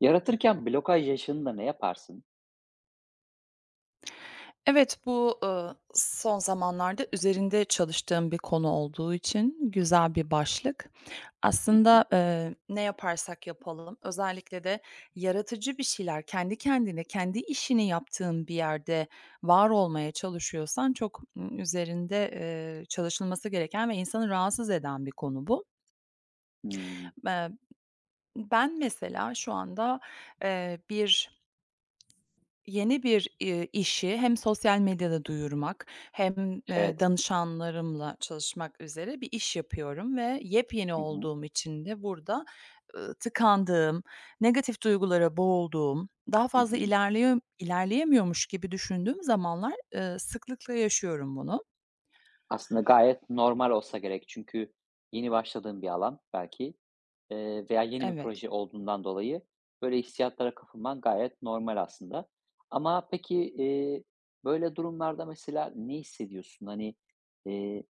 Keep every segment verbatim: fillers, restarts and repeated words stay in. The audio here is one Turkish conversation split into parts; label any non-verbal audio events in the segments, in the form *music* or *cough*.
Yaratırken blokaj yaşında ne yaparsın? Evet, bu, ııı, son zamanlarda üzerinde çalıştığım bir konu olduğu için güzel bir başlık. Hı hı. Aslında, eee, ne yaparsak yapalım, özellikle de yaratıcı bir şeyler, kendi kendine, kendi işini yaptığın bir yerde var olmaya çalışıyorsan çok, ımm, üzerinde, eee, çalışılması gereken ve insanı rahatsız eden bir konu bu. Hımm. Eee, Ben mesela şu anda, eee, bir yeni bir, eee, işi hem sosyal medyada duyurmak hem, eee, Evet. danışanlarımla çalışmak üzere bir iş yapıyorum ve yepyeni Hı hı. olduğum için de burada, ııı, tıkandığım, negatif duygulara boğulduğum, daha Hı fazla hı. ilerleye ilerleyemiyormuş gibi düşündüğüm zamanlar, eee, sıklıkla yaşıyorum bunu. Aslında gayet normal olsa gerek. Çünkü yeni başladığın bir alan belki, eee, veya yeni bir Evet. proje olduğundan dolayı böyle hissiyatlara kapılman gayet normal aslında. Ama peki, eee, böyle durumlarda mesela ne hissediyorsun? Hani, eee,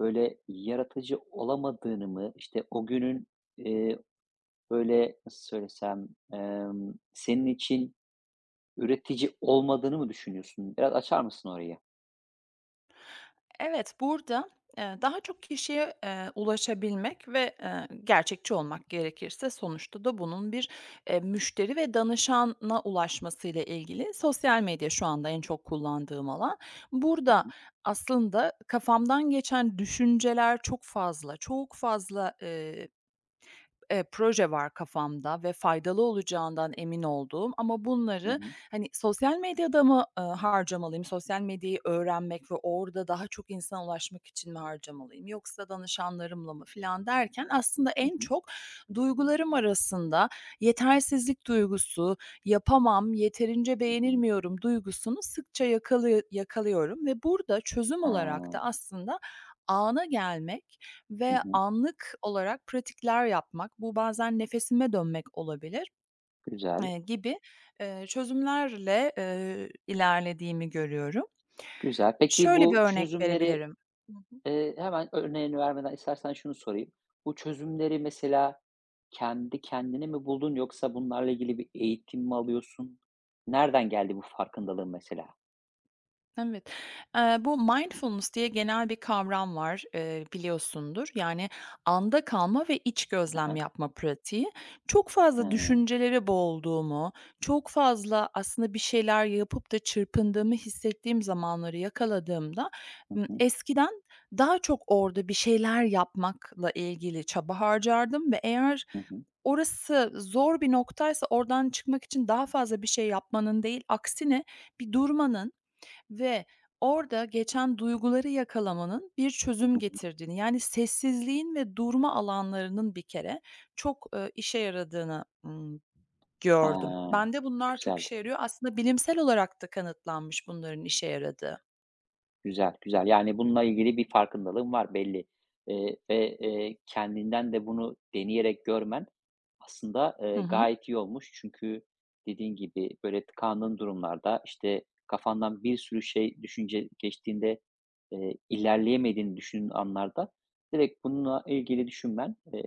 böyle yaratıcı olamadığını mı, işte, o günün, eee, böyle nasıl söylesem, emm, senin için üretici olmadığını mı düşünüyorsun? Biraz açar mısın orayı? Evet, burada, eee, daha çok kişiye, eee, ulaşabilmek ve, eee, gerçekçi olmak gerekirse sonuçta da bunun bir, eee, müşteri ve danışana ulaşmasıyla ilgili sosyal medya şu anda en çok kullandığım alan. Hı Burada hı. aslında kafamdan geçen düşünceler çok fazla, çok fazla, eee, eee, proje var kafamda ve faydalı olacağından emin olduğum ama Hı bunları, hı. hani, sosyal medyada mı, ııı, harcamalıyım? Sosyal medyayı öğrenmek ve orada daha çok insana ulaşmak için mi harcamalıyım yoksa danışanlarımla mı filan derken aslında Hı en hı. çok duygularım arasında yetersizlik duygusu, yapamam, yeterince Hı hı. beğenilmiyorum duygusunu sıkça yakalı yakalıyorum ve burada çözüm Ha. olarak da aslında ana gelmek Hı ve hı. anlık olarak pratikler yapmak, bu bazen nefesime dönmek olabilir, Güzel, eee, gibi, eee, çözümlerle, eee, ilerlediğimi görüyorum. güzel. Peki Şöyle bir bu örnek çözümleri, verebilirim. Hı hı. eee, hemen örneğini vermeden istersen şunu sorayım. Bu çözümleri mesela kendi kendine mi buldun yoksa bunlarla ilgili bir eğitim mi alıyorsun? Nereden geldi bu farkındalığın mesela? Evet. Eee, bu mindfulness diye genel bir kavram var, eee, biliyorsundur. Yani anda kalma ve iç Hı gözlem hı. yapma pratiği. Çok fazla Hıı. düşüncelere boğulduğumu, çok fazla aslında bir şeyler yapıp da çırpındığımı hissettiğim zamanları yakaladığımda, Hı ımm, hı. eskiden daha çok orada bir şeyler yapmakla ilgili çaba harcardım ve eğer Hı hı. orası zor bir noktaysa oradan çıkmak için daha fazla bir şey yapmanın değil, aksine bir durmanın ve orada geçen duyguları yakalamanın bir çözüm Hı hı. getirdiğini, yani sessizliğin ve durma alanlarının bir kere çok, eee, işe yaradığını, ımm, gördüm. Ha. Bende bunlar çok Güzel. işe yarıyor. Aslında bilimsel olarak da kanıtlanmış bunların işe yaradığı. Güzel, güzel. Yani bununla ilgili bir farkındalığın var belli, eee, ve, eee, kendinden de bunu deneyerek görmen aslında, Hı eee, hı. gayet iyi olmuş. Çünkü dediğin gibi, böyle, tıkandığın durumlarda, işte, kafandan bir sürü şey, düşünce geçtiğinde, eee, ilerleyemediğini düşündüğün anlarda direkt bununla ilgili düşünmen, eee,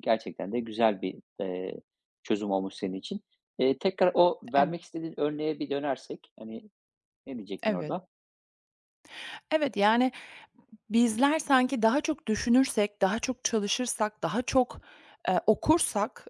gerçekten de güzel bir, eee, çözüm olmuş senin için. Eee, tekrar o Ev vermek istediğin örneğe bir dönersek, hani, ne diyecektin evet. orada? Evet, yani, bizler sanki daha çok düşünürsek, daha çok çalışırsak, daha çok, eee, okursak,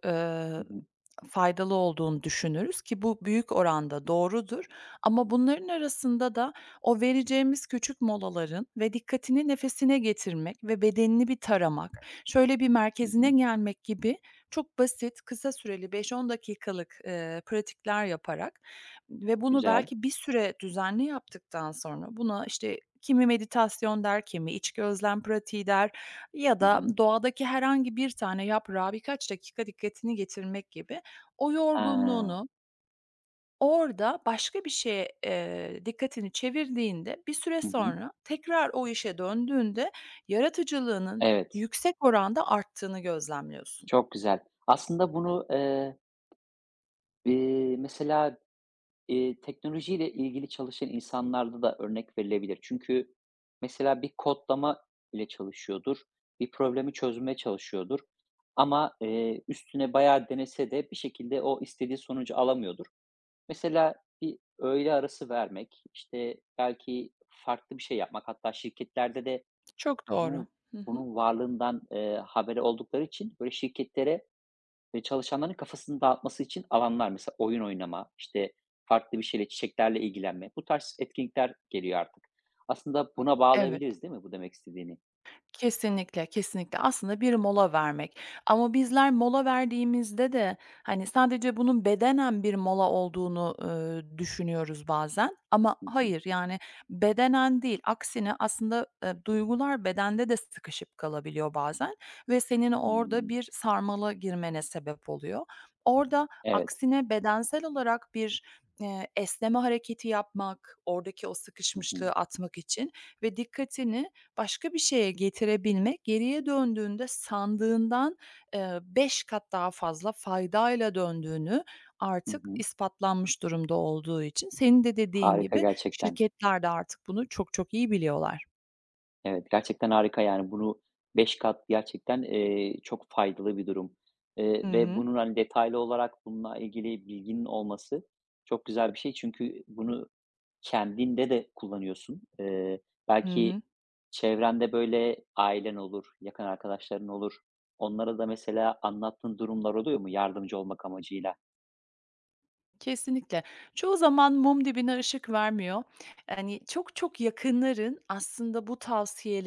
Hı eee hı. faydalı olduğunu düşünürüz ki bu büyük oranda doğrudur ama bunların arasında da o vereceğimiz küçük molaların ve dikkatini nefesine getirmek ve bedenini bir taramak, şöyle bir Hı merkezine hı. gelmek gibi çok basit, kısa süreli beş on dakikalık, eee, pratikler yaparak ve bunu Güzel. belki bir süre düzenli yaptıktan sonra buna, işte, kimi meditasyon der, kimi iç gözlem pratiği der ya Hı da hı. doğadaki herhangi bir tane yaprağa birkaç dakika dikkatini getirmek gibi o Ha. yorgunluğunu orada başka bir şeye, eee, dikkatini çevirdiğinde bir süre Hı hı. sonra tekrar o işe döndüğünde yaratıcılığının Evet, yüksek oranda arttığını gözlemliyorsun. çok güzel. Aslında bunu, eee, iii, mesela, iii, teknolojiyle ilgili çalışan insanlarda da örnek verilebilir. Çünkü mesela bir kodlama ile çalışıyordur, bir problemi çözmeye çalışıyordur ama, eee, üstüne bayağı denese de bir şekilde o istediği sonucu alamıyordur. Mesela bir öğle arası vermek, işte, belki farklı bir şey yapmak, hatta şirketlerde de Çok doğru. Bunu Hı hı. bunun varlığından, eee, haberi oldukları için, böyle, şirketlere ve çalışanların kafasını dağıtması için alanlar mesela oyun oynama, işte, farklı bir şeyle, çiçeklerle ilgilenme, bu tarz etkinlikler geliyor artık. Aslında buna Evet. bağlayabiliriz değil mi bu demek istediğini? Kesinlikle, kesinlikle. Aslında bir mola vermek ama bizler mola verdiğimizde de, hani, sadece bunun bedenen bir mola olduğunu, ııı, düşünüyoruz bazen ama Hı hı. hayır, yani, bedenen değil, aksine aslında, eee, duygular bedende de sıkışıp kalabiliyor bazen ve senin orada Hımm. bir sarmala girmene sebep oluyor. Orada Evet. aksine bedensel olarak bir, eee, esneme hareketi yapmak, oradaki o Hı hı. sıkışmışlığı atmak için ve dikkatini başka bir şeye getirebilmek geriye döndüğünde sandığından, eee, beş kat daha fazla faydayla döndüğünü Hı artık hı. ispatlanmış durumda olduğu için senin de dediğin Harika gibi gerçekten. şirketler de artık bunu çok çok iyi biliyorlar. Evet, gerçekten harika yani bunu beş kat gerçekten, eee, çok faydalı bir durum, Hı eee, ve hı. bunun, hani, detaylı olarak bununla ilgili bilginin olması çok güzel bir şey. Çünkü bunu kendinde de kullanıyorsun. Eee, Hı belki hı. çevrende, böyle, ailen olur, yakın arkadaşların olur. Onlara da mesela anlattığın durumlar oluyor mu yardımcı olmak amacıyla? Kesinlikle. Çoğu zaman mum dibine ışık vermiyor. Yani, çok çok yakınların aslında bu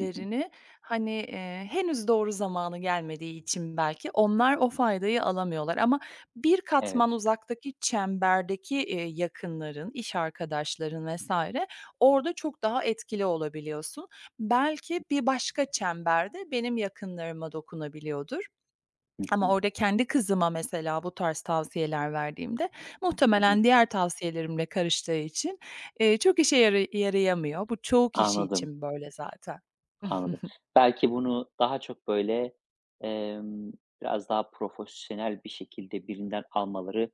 Hı hı. hani, eee, henüz doğru zamanı gelmediği için belki onlar o faydayı alamıyorlar ama bir Evet. katman uzaktaki çemberdeki, eee, yakınların, iş arkadaşların vesaire orada çok daha etkili olabiliyorsun. Belki bir başka çemberde benim yakınlarıma dokunabiliyordur. Hı Ama hı. orada kendi kızıma mesela bu tarz tavsiyeler verdiğimde Hı hı. muhtemelen diğer tavsiyelerimle karıştığı için, eee, çok işe yara yarayamıyor. Bu çoğu kişi Anladım. için böyle zaten. Anladım. *laughs* Belki bunu daha çok, böyle, emm, biraz daha profesyonel bir şekilde birinden almaları,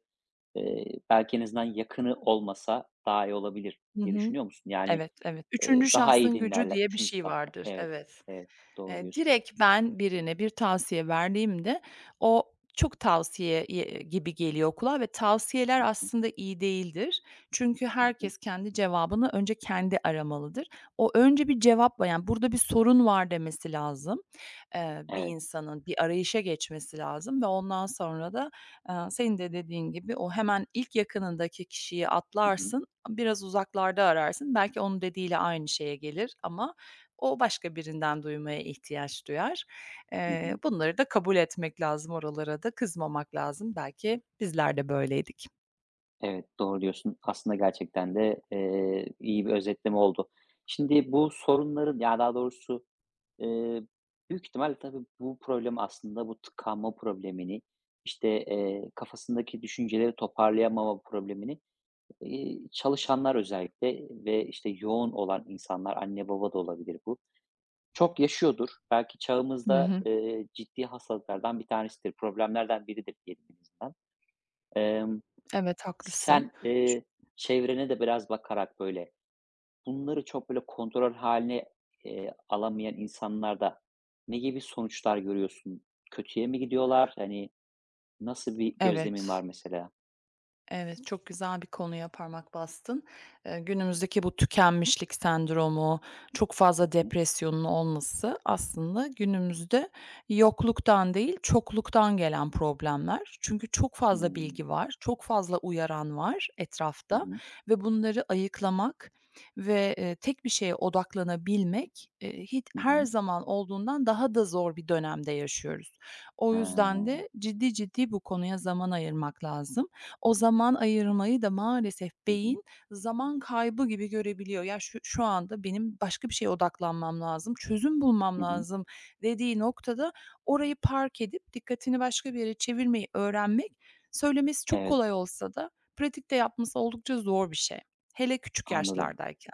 eee, belki en azından yakını olmasa daha iyi olabilir Hı diye hı. düşünüyor musun? Yani, Evet, evet. üçüncü eee, daha iyi şahsın gücü dinlerler diye bir üçüncü şey safta. vardır. Evet, Evet. evet, doğru Eee, diyorsun. Direkt ben birine bir tavsiye verdiğimde o çok tavsiye ye gibi geliyor kulağa ve tavsiyeler aslında iyi değildir. Çünkü Hı hı. herkes kendi cevabını önce kendi aramalıdır. O önce bir cevapla, yani, "Burada bir sorun var." demesi lazım. Eee, bir Evet. insanın bir arayışa geçmesi lazım ve ondan sonra da, aaa, senin de dediğin gibi o hemen ilk yakınındaki kişiyi Hı hı, atlarsın, biraz uzaklarda ararsın. Belki onun dediğiyle aynı şeye gelir ama o başka birinden duymaya ihtiyaç duyar. hı Eee, hı. Bunları da kabul etmek lazım, oralara da kızmamak lazım. Belki bizler de böyleydik. Evet, doğru diyorsun. Aslında gerçekten de, eee, iyi bir özetleme oldu. Şimdi bu sorunların, ya, daha doğrusu Eee, büyük ihtimal tabii bu problem aslında bu tıkanma problemini, işte, eee, kafasındaki düşünceleri toparlayamama problemini, iii, çalışanlar özellikle ve, işte, yoğun olan insanlar, anne baba da olabilir bu, çok yaşıyordur. Belki Hı çağımızda, hı. eee, ciddi hastalıklardan bir tanesidir, problemlerden biridir diyelim en azından. Emm, Evet, haklısın. sen, Ş eee, çevrene de biraz bakarak böyle, bunları çok böyle kontrol haline eee, alamayan insanlarda ne gibi sonuçlar görüyorsun? Kötüye mi gidiyorlar? Hani, nasıl bir gözlemin var Evet. mesela? Evet, çok güzel bir konuya parmak bastın. Eee, günümüzdeki bu tükenmişlik sendromu, çok Hı fazla hı. depresyonun olması aslında günümüzde yokluktan değil, çokluktan gelen problemler. Çünkü çok fazla bilgi var, çok fazla uyaran var Hı etrafta hı. ve bunları ayıklamak ve, eee, tek bir şeye odaklanabilmek, eee, hiç Hı her hı. zaman olduğundan daha da zor bir dönemde yaşıyoruz. O Ha. yüzden de ciddi ciddi bu konuya zaman ayırmak lazım. O zaman ayırmayı da maalesef Hı hı. beyin zaman kaybı gibi görebiliyor. "Ya, şu şu anda benim başka bir şeye odaklanmam lazım, çözüm bulmam Hı hı. lazım." dediği noktada orayı park edip dikkatini başka bir yere çevirmeyi öğrenmek söylemesi çok Evet, kolay olsa da pratikte yapması oldukça zor bir şey. Hele küçük anladım, yaşlardayken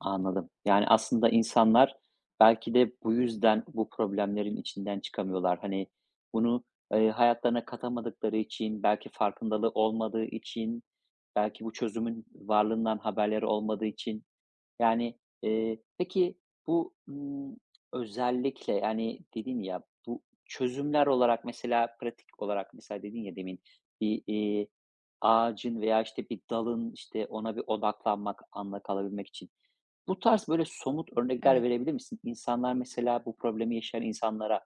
anladım. Yani, aslında insanlar belki de bu yüzden bu problemlerin içinden çıkamıyorlar. Hani, bunu, eee, hayatlarına katamadıkları için, belki farkındalığı olmadığı için, belki bu çözümün varlığından haberleri olmadığı için. Yani, eee, peki bu, ımm, özellikle, yani, dedin ya, bu çözümler olarak mesela pratik olarak mesela dedin ya demin bir, iii, ağacın veya, işte, bir dalın, işte, ona bir odaklanmak, anda kalabilmek için. Bu tarz böyle somut örnekler evet, verebilir misin? İnsanlar mesela bu problemi yaşayan insanlara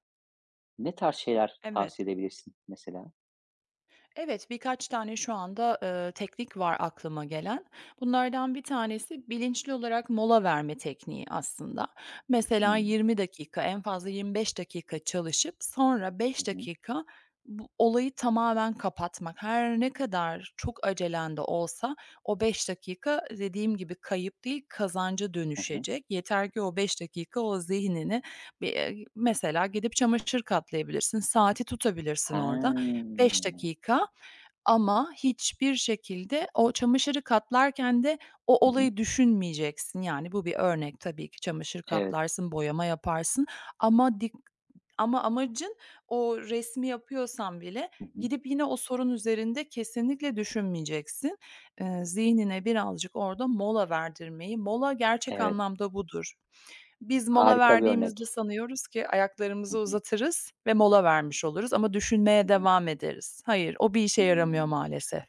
ne tarz şeyler tavsiye evet. edebilirsin mesela? Evet, birkaç tane şu anda, eee, teknik var aklıma gelen. Bunlardan bir tanesi bilinçli olarak mola verme tekniği aslında. Mesela Hımm. yirmi dakika, en fazla yirmi beş dakika çalışıp sonra Hı beş hı. dakika bu olayı tamamen kapatmak. Her ne kadar çok acelen de olsa o beş dakika dediğim gibi kayıp değil, kazanca Hı hı. dönüşecek. Yeter ki o beş dakika o zihnini bir, eee, mesela gidip çamaşır katlayabilirsin, saati tutabilirsin Ha. orada. beş dakika ama hiçbir şekilde o çamaşırı katlarken de o Hı hı. olayı düşünmeyeceksin. Yani bu bir örnek, tabii ki çamaşır Evet. katlarsın, boyama yaparsın ama ama amacın o resmi yapıyorsan bile Hı hı. gidip yine o sorun üzerinde kesinlikle düşünmeyeceksin. Eee, zihnine birazcık orada mola verdirmeyi, mola gerçek Evet. anlamda budur. Biz mola Harika bir verdiğimizde örnek. sanıyoruz ki Hı ayaklarımızı hı. uzatırız ve mola vermiş oluruz ama düşünmeye Hı hı. devam ederiz. Hayır, o bir işe yaramıyor Hımm, maalesef.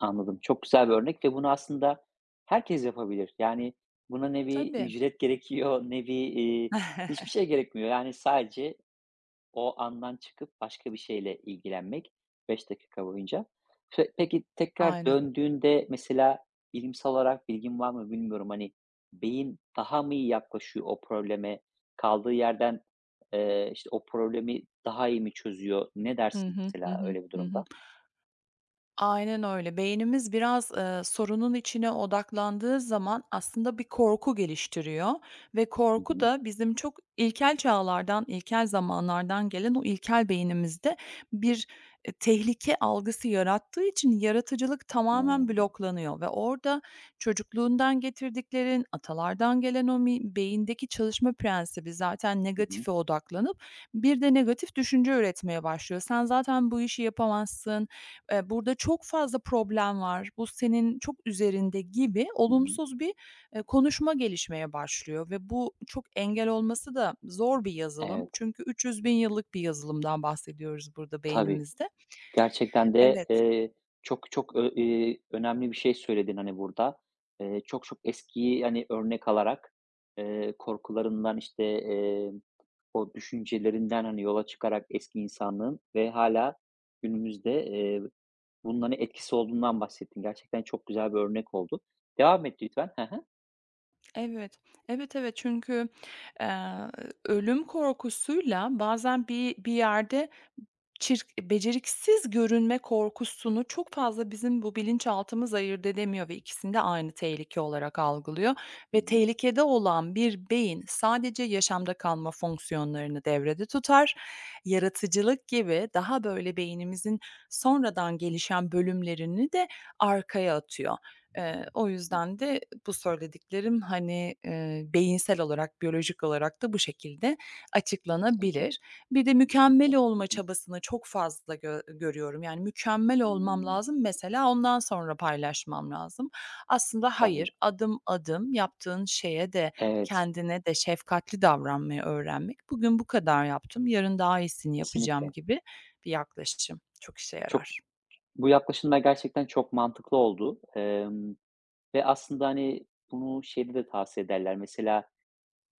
anladım. Çok güzel bir örnek ve bunu aslında herkes yapabilir. Yani, buna ne bir Tabii. ücret gerekiyor, ne bir, iii, hiçbir *laughs* şey gerekmiyor. Yani, sadece o andan çıkıp başka bir şeyle ilgilenmek beş dakika boyunca. Pe peki, tekrar Aynen. döndüğünde mesela bilimsel olarak bilgin var mı bilmiyorum, hani, beyin daha mı iyi yaklaşıyor o probleme? Kaldığı yerden, eee, işte, o problemi daha iyi mi çözüyor? Ne Hı dersin hı. Hı mesela hı. öyle bir Hı hı. durumda? Aynen öyle. Beynimiz biraz, eee, sorunun içine odaklandığı zaman aslında bir korku geliştiriyor ve Hı korku hı. da bizim çok ilkel çağlardan, ilkel zamanlardan gelen o ilkel beynimizde bir, eee, tehlike algısı yarattığı için yaratıcılık Hıı. tamamen bloklanıyor ve orada çocukluğundan getirdiklerin, atalardan gelen o mi beyindeki çalışma prensibi zaten Hı hı. negatife odaklanıp bir de negatif düşünce üretmeye başlıyor. "Sen zaten bu işi yapamazsın, eee, burada çok fazla problem var, bu senin çok üzerinde." gibi Hı hı. olumsuz bir, eee, konuşma gelişmeye başlıyor ve bu çok engel olması da zor bir yazılım. Evet, Çünkü 300 bin yıllık bir yazılımdan bahsediyoruz burada tabii. beynimizde. Gerçekten de, Evet. eee, çok çok ö eee, önemli bir şey söyledin, hani, burada. Eee, çok çok eskiyi, hani, örnek alarak, eee, korkularından, işte, eee, o düşüncelerinden, hani, yola çıkarak eski insanlığın ve hala günümüzde, eee, bunun, hani, etkisi olduğundan bahsettin. Gerçekten çok güzel bir örnek oldu. Devam et lütfen. Hı hı. Evet, evet, evet. Çünkü, eee, ölüm korkusuyla bazen bir bir yerde Çirk beceriksiz görünme korkusunu çok fazla bizim bu bilinçaltımız ayırt edemiyor ve ikisini de aynı tehlike olarak algılıyor Hı ve hı. tehlikede olan bir beyin sadece yaşamda kalma fonksiyonlarını devrede tutar. Yaratıcılık gibi daha böyle beynimizin sonradan gelişen bölümlerini de arkaya atıyor. Eee, o Hı. yüzden de bu söylediklerim, hani, eee, beyinsel olarak, biyolojik olarak da bu şekilde Kesinlikle, açıklanabilir. Bir de mükemmel kesinlikle. Hı olma hı. çabasını çok fazla gö görüyorum. Yani mükemmel olmam Hımm, lazım, mesela ondan sonra paylaşmam lazım. Aslında tabii. hayır, adım adım yaptığın şeye de Evet, kendine de şefkatli davranmayı öğrenmek, bugün bu kadar yaptım, yarın daha iyisini yapacağım kesinlikle. gibi bir yaklaşım çok işe Çok. yarar. Bu yaklaşımlar gerçekten çok mantıklı oldu, emm, ve aslında, hani, bunu şeyde de tavsiye ederler. Mesela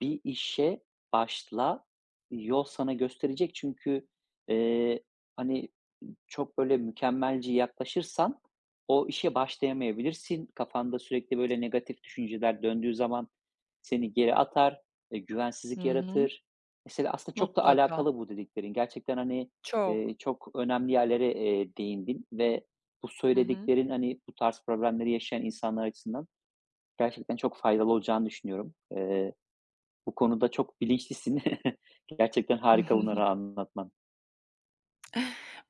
bir işe başla, yol sana gösterecek çünkü, eee, hani, çok böyle mükemmelci yaklaşırsan o işe başlayamayabilirsin. Kafanda sürekli böyle negatif düşünceler döndüğü zaman seni geri atar, e, Hı güvensizlik hı. yaratır. Mesela aslında çok da Mutlaka. alakalı bu dediklerin. Gerçekten hani, Çok. eee, çok önemli yerlere, eee, değindin ve bu Hı hı. söylediklerin, hani, bu tarz problemleri yaşayan insanlar açısından gerçekten çok faydalı olacağını düşünüyorum. Eee, bu konuda çok bilinçlisin. *laughs* Gerçekten harika *laughs* bunları anlatman.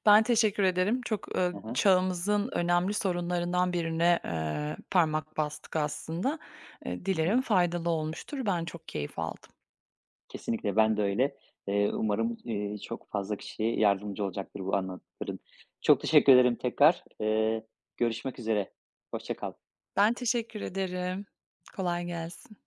Ben teşekkür ederim. Çok, eee, Hı çağımızın önemli sorunlarından birine, eee, parmak bastık aslında. Eee, hı hı. Dilerim faydalı olmuştur. Ben çok keyif aldım. Kesinlikle ben de öyle. Eee, umarım, eee, çok fazla kişiye yardımcı olacaktır bu anlattıkların. Çok teşekkür ederim tekrar. Eee, görüşmek üzere. Hoşça kal. Ben teşekkür ederim. Kolay gelsin.